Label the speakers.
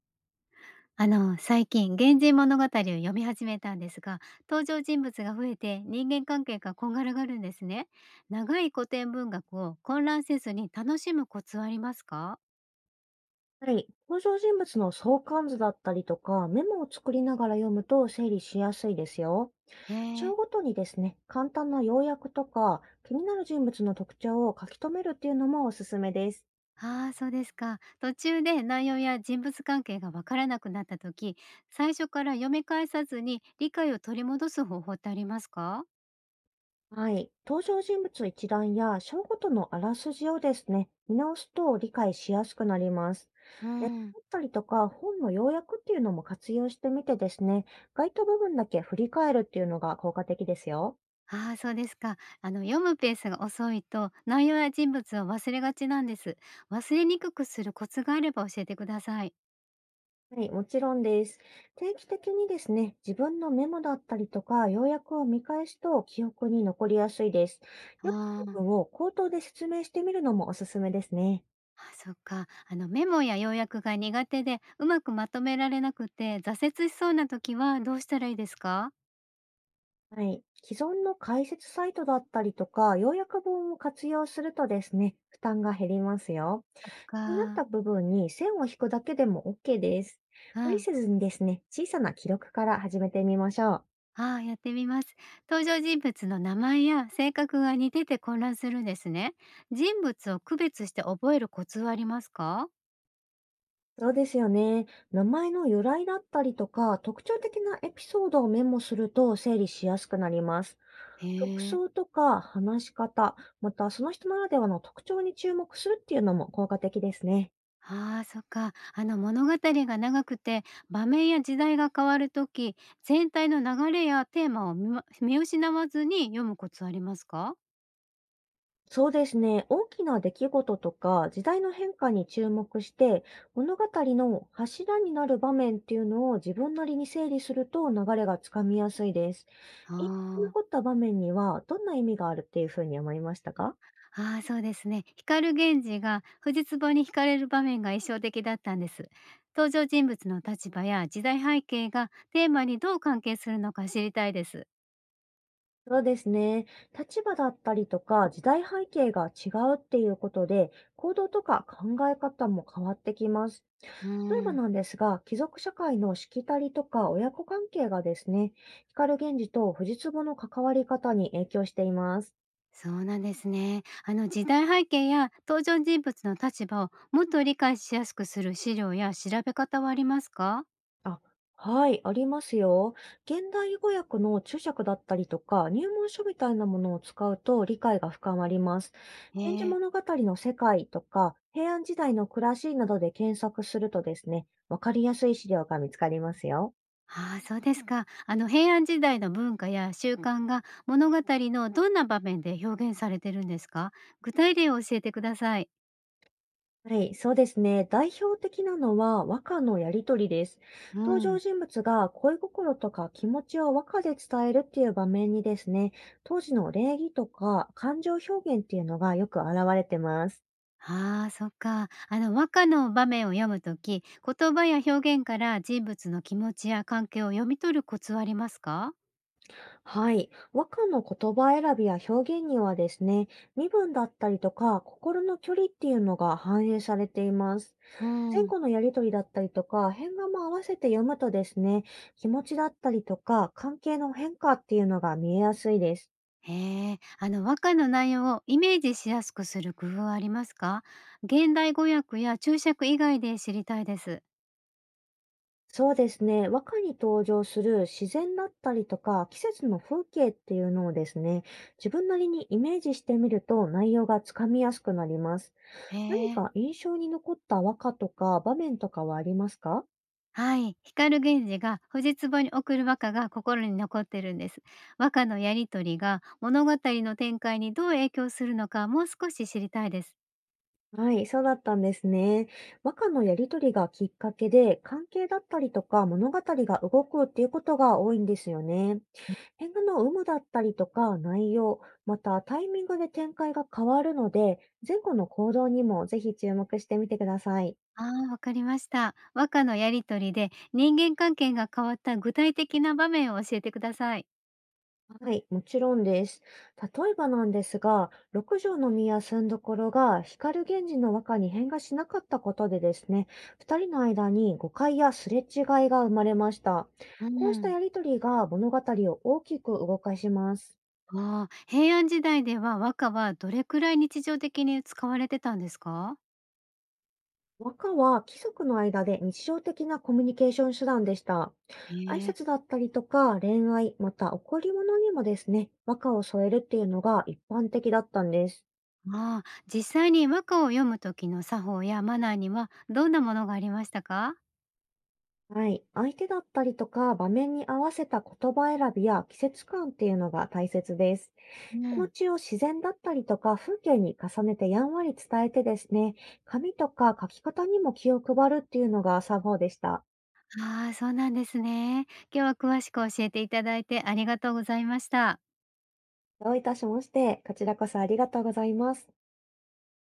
Speaker 1: 最近、源氏物語を読み始めたんですが、登場人物が増えて人間関係がこんがらがるんですね。長い古典文学を混乱せずに楽しむコツはありますか？
Speaker 2: はい。登場人物の相関図だったりとか、メモを作りながら読むと整理しやすいですよ。
Speaker 1: へえ。
Speaker 2: 章ごとにですね、簡単な要約とか、気になる人物の特徴を書き留めるっていうのもおすすめです。
Speaker 1: ああ、そうですか。途中で内容や人物関係がわからなくなった時、最初から読み返さずに理解を取り戻す方法ってありますか？
Speaker 2: はい。登場人物一覧や章ごとのあらすじをですね、見直すと理解しやすくなります。
Speaker 1: う
Speaker 2: ね、
Speaker 1: ん。
Speaker 2: だったりとか、本の要約っていうのも活用してみてですね、該当部分だけ振り返るっていうのが効果的ですよ。
Speaker 1: ああ、そうですか。読むペースが遅いと、内容や人物を忘れがちなんです。忘れにくくするコツがあれば教えてください。
Speaker 2: はい、もちろんです。定期的にですね、自分のメモだったりとか、要約を見返すと記憶に残りやすいです。要
Speaker 1: あ
Speaker 2: む部
Speaker 1: あ、
Speaker 2: 分を口頭で説明してみるのもおすすめですね。
Speaker 1: あ、そっか。メモや要約が苦手で、うまくまとめられなくて、挫折しそうな時はどうしたらいいですか？
Speaker 2: はい。既存の解説サイトだったりとか、要約本を活用するとですね、負担が減りますよ。気になっ
Speaker 1: か、
Speaker 2: た部分に線を引くだけでも OK です。
Speaker 1: う
Speaker 2: 無理
Speaker 1: ん。
Speaker 2: せずにですね、小さな記録から始めてみましょう。
Speaker 1: ああ、やってみます。登場人物の名前や性格が似てて混乱するんですね。人物を区別して覚えるコツはありますか？
Speaker 2: そうですよね。名前の由来だったりとか、特徴的なエピソードをメモすると整理しやすくなります。服
Speaker 1: へえ。
Speaker 2: 装とか話し方、またその人ならではの特徴に注目するっていうのも効果的ですね。
Speaker 1: ああ、そっか。あの物語が長くて場面や時代が変わるとき、全体の流れやテーマを見失わずに読むコツありますか？
Speaker 2: そうですね。大きな出来事とか時代の変化に注目して、物語の柱になる場面っていうのを自分なりに整理すると流れがつかみやすいです。
Speaker 1: あ
Speaker 2: 印象に
Speaker 1: あ、
Speaker 2: 残った場面にはどんな意味があるっていうふうに思いましたか？
Speaker 1: ああ、そうですね。光源氏が藤壺に惹かれる場面が印象的だったんです。登場人物の立場や時代背景がテーマにどう関係するのか知りたいです。
Speaker 2: そうですね。立場だったりとか時代背景が違うっていうことで、行動とか考え方も変わってきます。
Speaker 1: う
Speaker 2: 例えば
Speaker 1: ん。
Speaker 2: なんですが、貴族社会のしきたりとか親子関係がですね、光源氏と藤壺の関わり方に影響しています。
Speaker 1: そうなんですね。あの時代背景や登場人物の立場をもっと理解しやすくする資料や調べ方はありますか？
Speaker 2: あ、はい、ありますよ。現代語訳の注釈だったりとか、入門書みたいなものを使うと理解が深まります。源氏
Speaker 1: ええ。
Speaker 2: 物語の世界とか、平安時代の暮らしなどで検索するとですね、わかりやすい資料が見つかりますよ。
Speaker 1: ああ、そうですか。あの平安時代の文化や習慣が物語のどんな場面で表現されてるんですか？具体例を教えてください。
Speaker 2: はい、そうですね。代表的なのは和歌のやりとりです。
Speaker 1: う
Speaker 2: 登場
Speaker 1: ん。
Speaker 2: 人物が恋心とか気持ちを和歌で伝えるっていう場面にですね、当時の礼儀とか感情表現っていうのがよく現れてます。
Speaker 1: ああ、そっか。あの和歌の場面を読むとき、言葉や表現から人物の気持ちや関係を読み取るコツはありますか？
Speaker 2: はい。和歌の言葉選びや表現にはですね、身分だったりとか、心の距離っていうのが反映されています。
Speaker 1: う
Speaker 2: 前
Speaker 1: ん。
Speaker 2: 後のやりとりだったりとか、変化も合わせて読むとですね、気持ちだったりとか、関係の変化っていうのが見えやすいです。
Speaker 1: へえ。あの和歌の内容をイメージしやすくする工夫はありますか？現代語訳や注釈以外で知りたいです。
Speaker 2: そうですね、和歌に登場する自然だったりとか、季節の風景っていうのをですね、自分なりにイメージしてみると内容がつかみやすくなります。
Speaker 1: へ
Speaker 2: 何
Speaker 1: え。
Speaker 2: か印象に残った和歌とか場面とかはありますか？
Speaker 1: はい、光源氏が藤壺に送る和歌が心に残ってるんです。和歌のやりとりが物語の展開にどう影響するのか、もう少し知りたいです。
Speaker 2: はい、そうだったんですね。和歌のやりとりがきっかけで、関係だったりとか物語が動くっていうことが多いんですよね。変化の有無だったりとか内容、またタイミングで展開が変わるので、前後の行動にもぜひ注目してみてください。
Speaker 1: ああ、わかりました。和歌のやりとりで人間関係が変わった具体的な場面を教えてください。
Speaker 2: はい、もちろんです。例えばなんですが、六条の宮住所が光源氏の和歌に変化しなかったことでですね、二人の間に誤解やすれ違いが生まれました。
Speaker 1: う
Speaker 2: こうした
Speaker 1: ん。
Speaker 2: やりとりが物語を大きく動かします。
Speaker 1: ああ、平安時代では和歌はどれくらい日常的に使われてたんですか？
Speaker 2: 和歌は貴族の間で日常的なコミュニケーション手段でした。挨
Speaker 1: へえ、
Speaker 2: 拶だったりとか恋愛、また贈り物にもですね、和歌を添えるっていうのが一般的だったんです。
Speaker 1: まあ、実際に和歌を読む時の作法やマナーにはどんなものがありましたか？
Speaker 2: はい。相手だったりとか、場面に合わせた言葉選びや季節感っていうのが大切です。
Speaker 1: う
Speaker 2: 気持
Speaker 1: ん。
Speaker 2: ちを自然だったりとか、風景に重ねてやんわり伝えてですね、紙とか書き方にも気を配るっていうのが作法でした。
Speaker 1: ああ、そうなんですね。今日は詳しく教えていただいてありがとうございました。
Speaker 2: どういたしまして、こちらこそありがとうございます。